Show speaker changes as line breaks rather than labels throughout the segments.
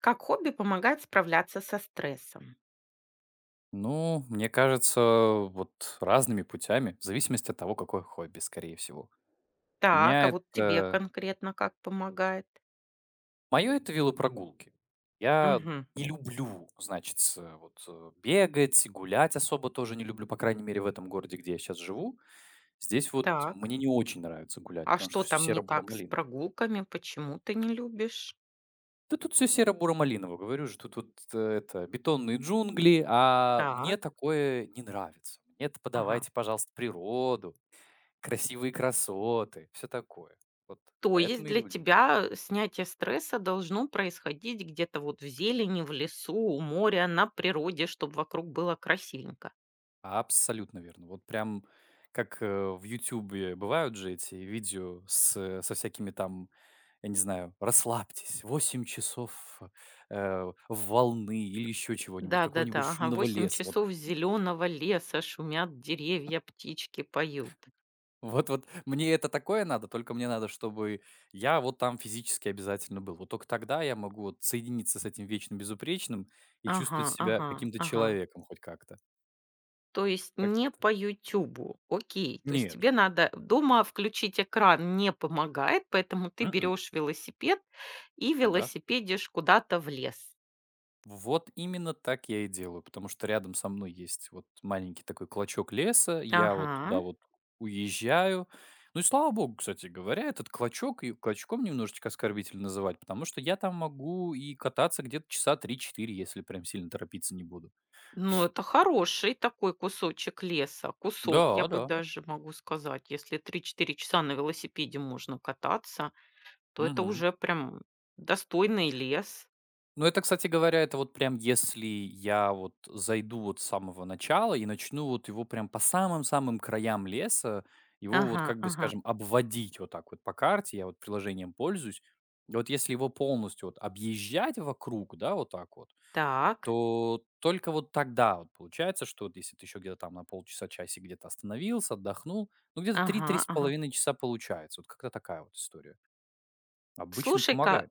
Как хобби помогает справляться со стрессом.
Ну, мне кажется, вот разными путями, в зависимости от того, какое хобби, скорее всего. У
Так, а
меня
вот тебе
это...
конкретно как помогает?
Мое это велопрогулки. Я
Мгм.
не люблю, значит, вот бегать, гулять особо тоже не люблю, по крайней мере, в этом городе, где я сейчас живу. Здесь вот
Так.
мне не очень нравится гулять,
А
потому что
что
все
там не так с
серо-буро-малиново.
прогулками? Почему ты не любишь?
Да тут все серо-буро-малиново, говорю же, тут вот это бетонные джунгли, а мне
Так.
такое не нравится. Мне это
Ага.
подавайте, пожалуйста, природу. Красивые красоты, все такое. Вот
То есть
поэтому и
для
люблю.
тебя снятие стресса должно происходить где-то вот в зелени, в лесу, у моря, на природе, чтобы вокруг было красивенько.
Абсолютно верно. Вот прям как, в "Ютубе" бывают же эти видео с со всякими там, я не знаю, расслабьтесь, 8 часов, волны или еще чего-нибудь, какого-нибудь
Да-да-да, ага,
шумного
8
леса. Вот
часов зеленого леса, шумят деревья, птички поют.
вот вот мне это такое надо, только мне надо, чтобы я вот там физически обязательно был. Вот только тогда я могу вот соединиться с этим вечным безупречным и
Ага,
чувствовать себя
ага,
каким-то
ага.
человеком хоть как-то.
То есть
Как
не по "Ютубу". Окей. То есть
Нет.
тебе надо дома включить экран, не помогает, поэтому ты
м
берешь велосипед и
Да.
велосипедишь куда-то в лес.
Вот именно так я и делаю, потому что рядом со мной есть вот маленький такой клочок леса. Я вот туда
Ага.
вот уезжаю. Ну и слава богу, кстати говоря, этот клочок, и клочком немножечко оскорбительно называть, потому что я там могу и кататься где-то часа три-четыре, если прям сильно торопиться не буду.
Ну, это хороший такой кусочек леса. Кусок, я
Да,
бы
да.
даже могу сказать. Если 3-4 часа на велосипеде можно кататься, то это
Мгм.
уже прям достойный лес.
Ну, это, кстати говоря, это вот прям если я вот зайду вот с самого начала и начну вот его прям по самым-самым краям леса, его вот,
Ага,
как бы
ага.
скажем, обводить вот так вот по карте, я вот приложением пользуюсь. И вот если его полностью вот объезжать вокруг, да, вот так вот,
Так.
то только вот тогда вот получается, что вот если ты еще где-то там на полчаса, часик где-то остановился, отдохнул, ну, где-то
Ага,
три-три с
ага.
половиной часа получается. Вот как-то такая вот история. Обычно
Слушай-ка.
помогает.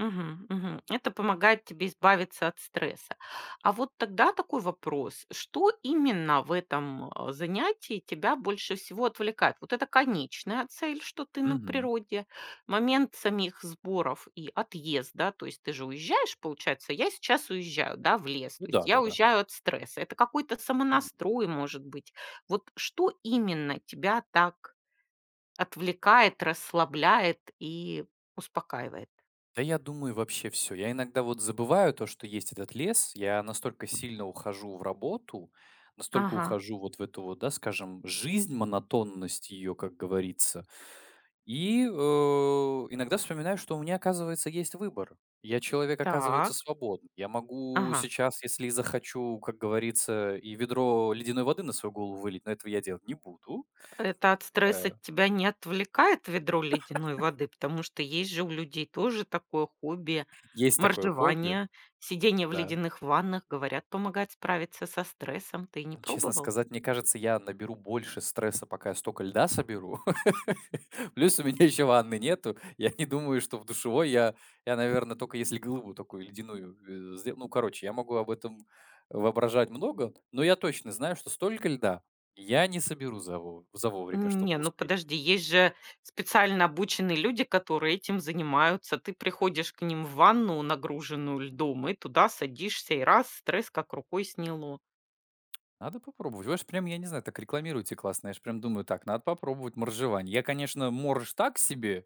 Мгм, мгм. Это помогает тебе избавиться от стресса. А вот тогда такой вопрос: что именно в этом занятии тебя больше всего отвлекает? Вот это конечная цель, что ты на
Мгм.
природе, момент самих сборов и отъезда, то есть ты же уезжаешь, получается, я сейчас уезжаю, да, в лес,
Ну
то есть
да,
я
да-да.
уезжаю от стресса. Это какой-то самонастрой, может быть. Вот что именно тебя так отвлекает, расслабляет и успокаивает?
Да, я думаю, вообще все. Я иногда вот забываю то, что есть этот лес. Я настолько сильно ухожу в работу, настолько
Ага.
ухожу вот в эту вот, да, скажем, жизнь, монотонность ее, как говорится. И, иногда вспоминаю, что у меня, оказывается, есть выбор. Я человек, оказывается,
Так.
свободный. Я могу
Ага.
сейчас, если и захочу, как говорится, и ведро ледяной воды на свою голову вылить, но этого я делать не буду.
Это от стресса
Э,
тебя не отвлекает ведро ледяной воды? Потому что есть же у людей тоже такое хобби —
есть такое хобби,
моржевание, сидение в
да.
ледяных ваннах. Говорят, помогает справиться со стрессом. Ты не
Честно
пробовал?
сказать, мне кажется, я наберу больше стресса, пока я столько льда соберу. Плюс у меня еще ванны нету. Я не думаю, что в душевой я наверное, только если глыбу такую ледяную сделаю. Ну, короче, я могу об этом воображать много, но я точно знаю, что столько льда я не соберу за вовремя, чтобы
Не, ну
успеть.
подожди, есть же специально обученные люди, которые этим занимаются. Ты приходишь к ним в ванну, нагруженную льдом, и туда садишься, и стресс как рукой сняло.
Надо попробовать. Вы же прям, я не знаю, так рекламируете классно. Я же прям думаю, так, надо попробовать моржевание. Я, конечно, морж так себе.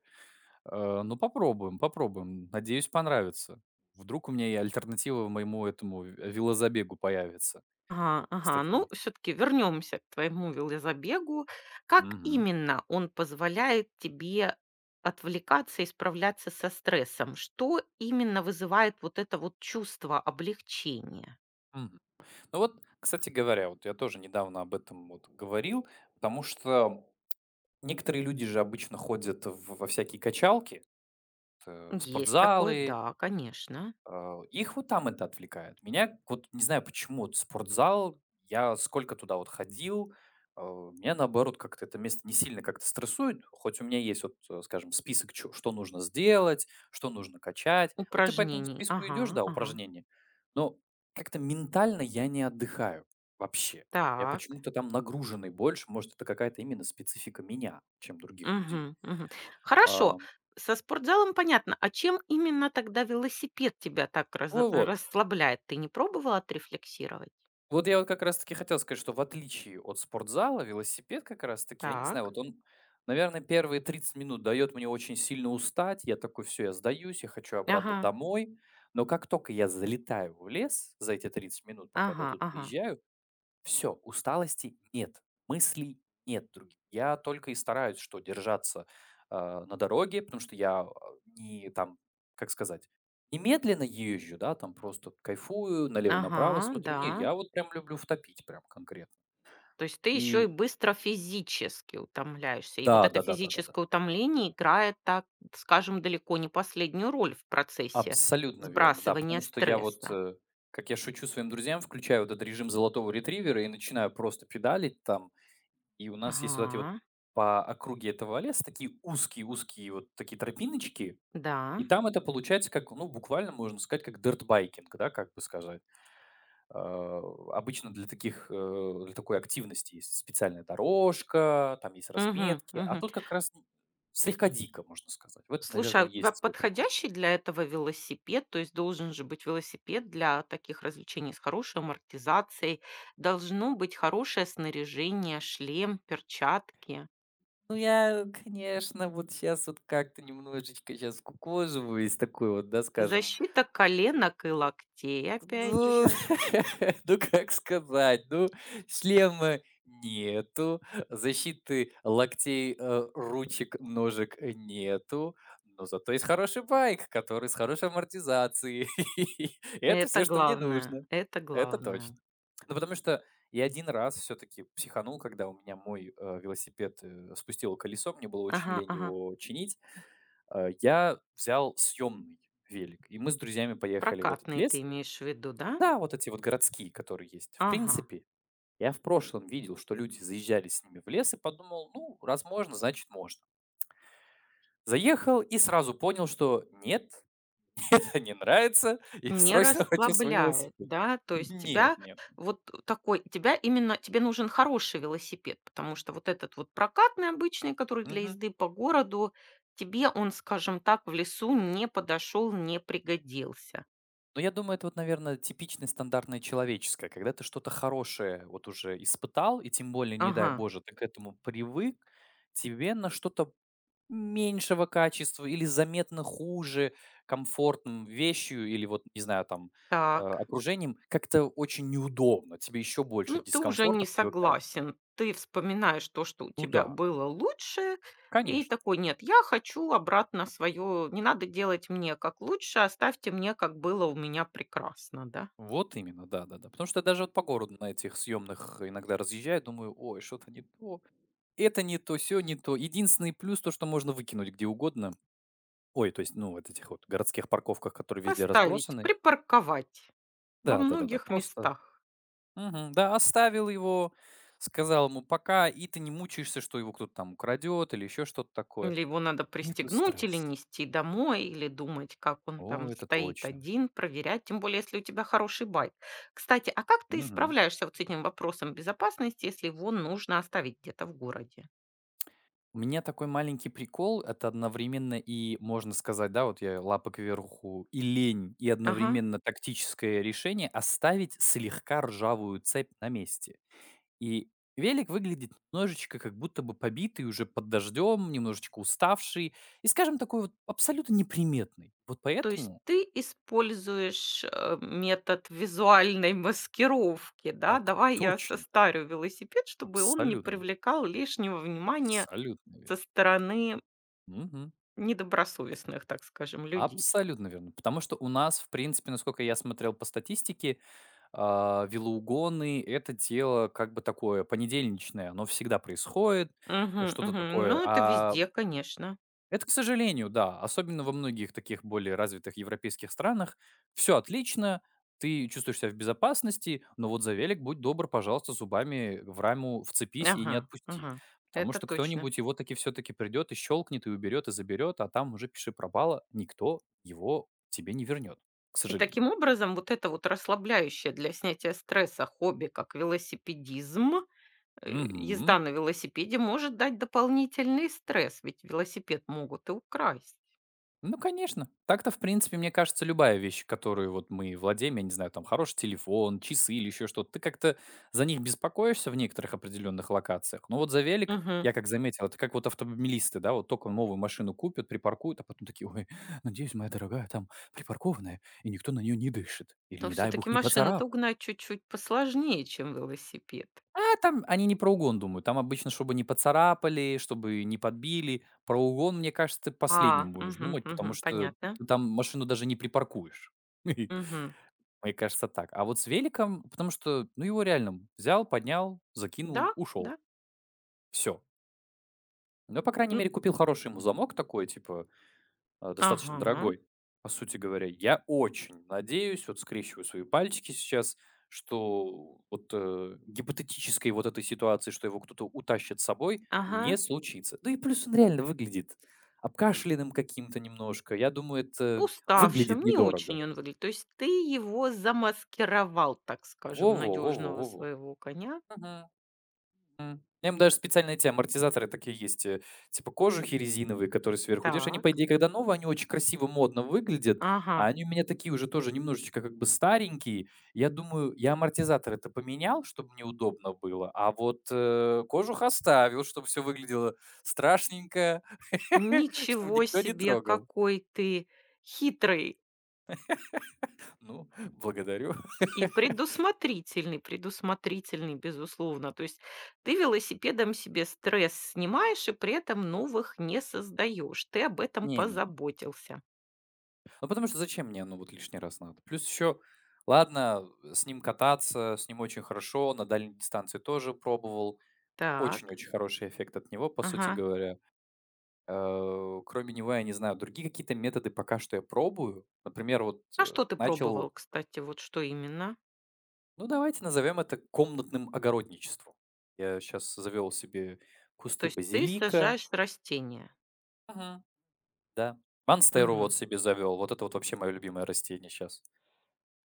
Ну, попробуем, попробуем. Надеюсь, понравится. Вдруг у меня и альтернатива моему этому велозабегу появится,
Ага, ага.
кстати.
Ну, все-таки вернемся к твоему велозабегу. Как
Мгм,
именно он позволяет тебе отвлекаться и справляться со стрессом? Что именно вызывает вот это вот чувство облегчения?
мгм. Ну вот, кстати говоря, вот я тоже недавно об этом вот говорил, потому что некоторые люди же обычно ходят в во всякие качалки, в
Есть такое,
спортзалы.
да, конечно.
Их вот там это отвлекает. Меня вот не знаю почему, вот спортзал, я сколько туда вот ходил, меня наоборот как-то это место не сильно как-то стрессует, хоть у меня есть вот, скажем, список, что нужно сделать, что нужно качать. Вот ты по этому
Упражнений.
списку
Ага,
идешь, да,
ага.
упражнения, но как-то ментально я не отдыхаю вообще. Я
Так.
почему-то там нагруженный больше, может, это какая-то именно специфика меня, чем других людей.
Мгм, мгм.
А,
Хорошо. Со спортзалом понятно. А чем именно тогда велосипед тебя так
ну вот.
расслабляет? Ты не пробовала отрефлексировать?
Вот я вот как раз таки хотел сказать, что в отличие от спортзала, велосипед как раз таки, я не знаю,
Так.
вот он, наверное, первые 30 минут дает мне очень сильно устать. Я такой, все, я сдаюсь, я хочу обратно
Ага.
домой. Но как только я залетаю в лес за эти 30 минут, пока я до
Ага,
тут
ага.
доезжаю, все усталости нет, мыслей нет других. Я только и стараюсь, что держаться, на дороге, потому что я, не там, как сказать, не медленно езжу, да, там просто кайфую,
Ага,
налево-направо смотрю.
да.
Не, я вот прям люблю втопить прям конкретно.
То есть ты еще и
И
быстро физически утомляешься. И вот
да,
это
да-да-да-да-да.
физическое утомление играет, так скажем, далеко не последнюю роль в процессе
Абсолютно верно, да, потому
сбрасывания
что я вот,
стресса.
как я шучу своим друзьям, включаю вот этот режим золотого ретривера и начинаю просто педалить там, и у нас есть вот эти вот
Ага,
по округе этого леса такие узкие-узкие вот такие тропиночки. И
да.
там это получается как, ну, буквально можно сказать, как дертбайкинг, да, как бы сказать. А, Обычно для таких, для такой активности есть специальная дорожка, там есть
Мгм,
разметки, а
мгм.
тут как раз слегка дико, можно сказать. В этом,
Слушай,
наверное,
а у
и
тебя
есть свой прикол.
подходящий для этого велосипед? То есть должен же быть велосипед для таких развлечений с хорошей амортизацией. Должно быть хорошее снаряжение, шлем, перчатки.
Ну, я, конечно, вот сейчас вот как-то немножечко сейчас кукоживаюсь, такой вот, да, скажем.
Защита коленок и локтей, опять
Ну,
же.
ну, как сказать, ну, шлема нету, защиты локтей, ручек, ножек нету, но зато есть хороший байк, который с хорошей амортизацией. Это все,
Это
что мне
главное,
нужно.
это
Это точно.
главное.
Ну, потому что я один раз все таки психанул, когда у меня мой, велосипед, спустило колесо, мне было очень
Ага,
лень
ага.
его чинить. Я взял съемный велик, и мы с друзьями поехали в этот
Прокатный
лес.
ты имеешь в виду, да?
Да, вот эти вот городские, которые есть. В
Ага.
принципе, я в прошлом видел, что люди заезжали с ними в лес и подумал, ну, раз можно, значит можно. Заехал и сразу понял, что нет, это не нравится, я
Не
срочно хочу свой
расслабляет,
велосипед.
да? То есть
Нет,
тебя
нет.
вот такой, тебя именно, тебе нужен хороший велосипед, потому что вот этот вот прокатный обычный, который для
Мгм.
езды по городу, тебе он, скажем так, в лесу не подошел, не пригодился.
Но я думаю, это вот, наверное, типичное стандартное человеческое, когда ты что-то хорошее вот уже испытал, и тем более, не дай
Ага,
боже, ты к этому привык, тебе на что-то меньшего качества или заметно хуже комфортным вещью или вот, не знаю, там,
так.
окружением, как-то очень неудобно. Тебе еще больше
Ну, ты уже
дискомфорта
не
привыкать.
согласен. Ты вспоминаешь то, что у
Ну
тебя
да,
было лучше, и
конечно.
такой: "Нет, я хочу обратно свое. Не надо делать мне как лучше, оставьте мне, как было у меня прекрасно", да?
Вот именно, да-да-да. Потому что я даже вот по городу на этих съемных иногда разъезжаю, думаю: "Ой, что-то не то, это не то, все не то". Единственный плюс- то, что можно выкинуть где угодно. Ой, то есть, ну, вот этих вот городских парковках, которые везде
Поставить,
разбросаны.
припарковать во
Да-да-да-да,
многих
просто.
местах.
Мгм. Да, оставил его, сказал ему пока, и ты не мучаешься, что его кто-то там украдет или еще что-то такое.
Или его надо
Нету
пристегнуть, или
стресс.
нести домой, или думать, как он
О,
там
это
стоит
точно.
один, проверять. Тем более, если у тебя хороший байк. Кстати, а как ты
Мгм.
справляешься вот с этим вопросом безопасности, если его нужно оставить где-то в городе?
У меня такой маленький прикол, это одновременно и, можно сказать, да, вот я лапы кверху, и лень, и
Ага.
одновременно тактическое решение оставить слегка ржавую цепь на месте. И велик выглядит немножечко как будто бы побитый, уже под дождем, немножечко уставший, и, скажем, такой вот абсолютно неприметный. Вот
То есть
поэтому.
ты используешь, метод визуальной маскировки, да?
Так
"Давай я
точно,
состарю велосипед, чтобы он не
абсолютно,
привлекал лишнего внимания
абсолютно
со
верно.
стороны
Мгм.
недобросовестных, так скажем, людей".
Абсолютно верно. Потому что у нас, в принципе, насколько я смотрел по статистике, велоугоны- это дело как бы такое понедельничное, оно всегда происходит,
Мгм,
что-то
мгм.
такое.
Ну, это везде, конечно.
Это, к сожалению, да. Особенно во многих таких более развитых европейских странах. Все отлично, ты чувствуешь себя в безопасности, но вот за велик будь добр, пожалуйста, зубами в раму вцепись и не
Ага,
отпусти.
ага.
Потому
Это
что
точно.
кто-нибудь его таки все-таки придет и щелкнет, и уберет, и заберет, а там уже пиши пропало, никто его тебе не вернет, к
И
сожалению.
таким образом, вот это вот расслабляющее для снятия стресса хобби, как велосипедизм,
Мгм.
езда на велосипеде, может дать дополнительный стресс, ведь велосипед могут и украсть.
Ну, конечно. Так-то, в принципе, мне кажется, любая вещь, которую вот мы владеем, я не знаю, там, хороший телефон, часы или еще что-то, ты как-то за них беспокоишься в некоторых определенных локациях. Но вот за велик,
Мгм.
я как заметил, это как вот автомобилисты, да, вот только новую машину купят, припаркуют, а потом такие, ой, надеюсь, моя дорогая там припаркованная, и никто на нее не дышит. Или,
Но
не дай
все-таки
бог, не поцарапает.
машину-то угнать чуть-чуть посложнее, чем велосипед.
А, там они не про угон думают. Там обычно, чтобы не поцарапали, чтобы не подбили. Про угон, мне кажется, ты
А,
последним будешь
мгм,
думать, потому
мгм,
что
понятно.
ты там машину даже не припаркуешь.
Мгм.
Мне кажется, так. А вот с великом, потому что, ну, его реально взял, поднял,
Да,
закинул, ушел.
да.
Все. Ну, по крайней
М.
мере, купил хороший ему замок такой, типа, достаточно
Ага,
дорогой, по сути говоря. Я очень надеюсь, вот скрещиваю свои пальчики сейчас, что вот гипотетической вот этой ситуации, что его кто-то утащит с собой, не
ага.
случится. Да и плюс он реально выглядит обкашленным каким-то немножко. Я думаю, это выглядит
Уставшим, не
недорого.
очень он выглядит. То есть ты его замаскировал, так скажем, надежного
Во-во-во-во-во-во.
своего коня.
Я им даже специально эти амортизаторы такие есть, типа кожухи резиновые, которые сверху держишь. Они, по
Так,
идее, когда новые, они очень красиво, модно выглядят,
ага.
а они у меня такие уже тоже немножечко как бы старенькие. Я думаю, я амортизатор это поменял, чтобы мне удобно было, а вот, кожух оставил, чтобы все выглядело страшненько, чтобы
Ничего
никто не
себе,
трогал.
какой ты хитрый.
Ну, благодарю.
И предусмотрительный, предусмотрительный, безусловно. То есть ты велосипедом себе стресс снимаешь и при этом новых не создаешь. Ты об этом
Не-не.
позаботился.
Ну, потому что зачем мне, ну, вот лишний раз надо? Плюс еще, ладно, с ним кататься, с ним очень хорошо, на дальней дистанции тоже пробовал.
Так,
Очень-очень хороший эффект от него, по сути
ага.
говоря. Кроме него, я не знаю, другие какие-то методы пока что я пробую. Например, вот
А что ты
начал,
пробовал, кстати, вот что именно?
ну, давайте назовем это комнатным огородничеством. Я сейчас завел себе
То
кусты
есть ты
базилика.
сажаешь растение.
Мгм. Да. Монстеру вот
Мгм.
себе завел. Вот это вот вообще мое любимое растение сейчас.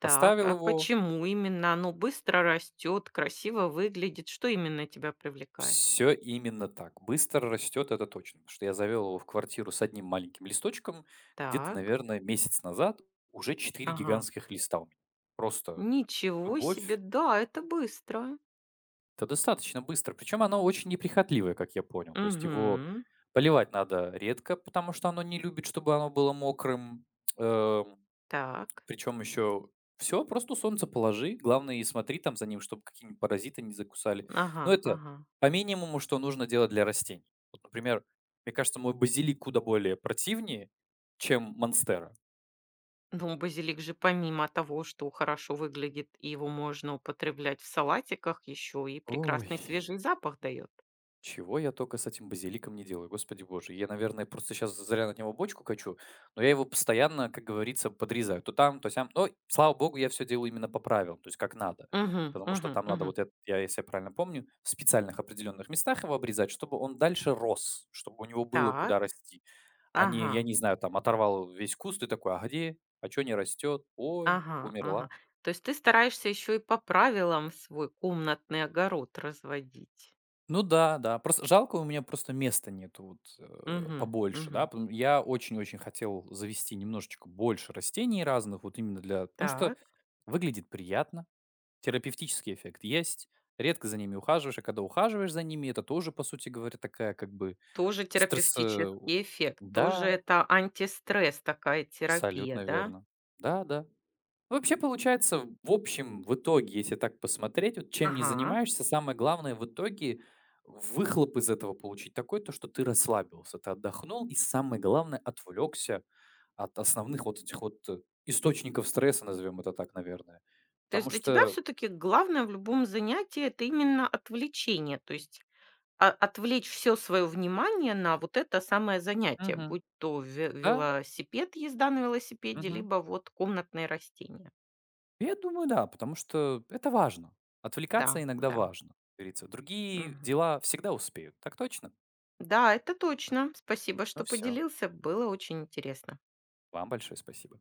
Так, а
Поставил его,
почему именно оно быстро растет, красиво выглядит? Что именно тебя привлекает?
Все именно так. Быстро растет, это точно. Потому что я завел его в квартиру с одним маленьким листочком. Где-то,
Так,
наверное, месяц назад уже 4
ага.
гигантских листа у меня. Просто
Ничего себе,
любовь.
да, это быстро.
Это достаточно быстро. Причем оно очень неприхотливое, как я понял. То есть его
Угу.
поливать надо редко, потому что оно не любит, чтобы оно было мокрым. Эм
Так.
Причем еще все просто у солнца положи. Главное, и смотри там за ним, чтобы какие-нибудь паразиты не закусали.
Ага,
Но это
ага.
по минимуму, что нужно делать для растений. Вот, например, мне кажется, мой базилик куда более противнее, чем монстера.
Ну, базилик же помимо того, что хорошо выглядит и его можно употреблять в салатиках, еще и
Ой.
прекрасный свежий запах дает.
Чего я только с этим базиликом не делаю, господи боже. Я, наверное, просто сейчас зря на него бочку качу, но я его постоянно, как говорится, подрезаю. То там, то сям. Но, слава богу, я все делаю именно по правилам, то есть как надо.
Мгм,
Потому что
мгм,
там надо
мгм.
вот эт я, если я правильно помню, в специальных определенных местах его обрезать, чтобы он дальше рос, чтобы у него было куда
Так.
расти. А не, я
Ага,
не знаю, там оторвал весь куст и такой: "А где? А чё не растет? Ой,
ага,
умерла".
ага. То есть ты стараешься еще и по правилам свой комнатный огород разводить.
Ну да, да. Просто жалко, у меня просто места нету вот,
Мгм,
побольше, да.
мгм.
Потом я очень-очень хотел завести немножечко больше растений разных, вот именно для потому что
Так.
выглядит приятно, терапевтический эффект есть, редко за ними ухаживаешь, а когда ухаживаешь за ними, это тоже, по сути говоря, такая как бы
Тоже
стресс,
терапевтический эффект, тоже
да,
это антистресс такая терапия,
абсолютно
да?
верно. Да, да. Вообще получается, в общем, в итоге, если так посмотреть, вот чем не
Ага.
занимаешься, самое главное в итоге выхлоп из этого получить такой, то что ты расслабился, ты отдохнул и самое главное отвлекся от основных вот этих вот источников стресса, назовем это так, наверное.
То есть
Потому
для тебя
что,
все таки главное в любом занятии — это именно отвлечение, то есть а отвлечь все свое внимание на вот это самое занятие,
мгм,
будь то ве
да,
велосипед, езда на велосипеде,
мгм,
либо вот комнатные растения.
я думаю, да, потому что это важно. Отвлекаться
Да,
иногда
да.
важно, как говорится. Другие
Мгм.
дела всегда успеют. Так точно?
Да, это точно. Спасибо,
Ну
что
все.
поделился. Было очень интересно.
Вам большое спасибо.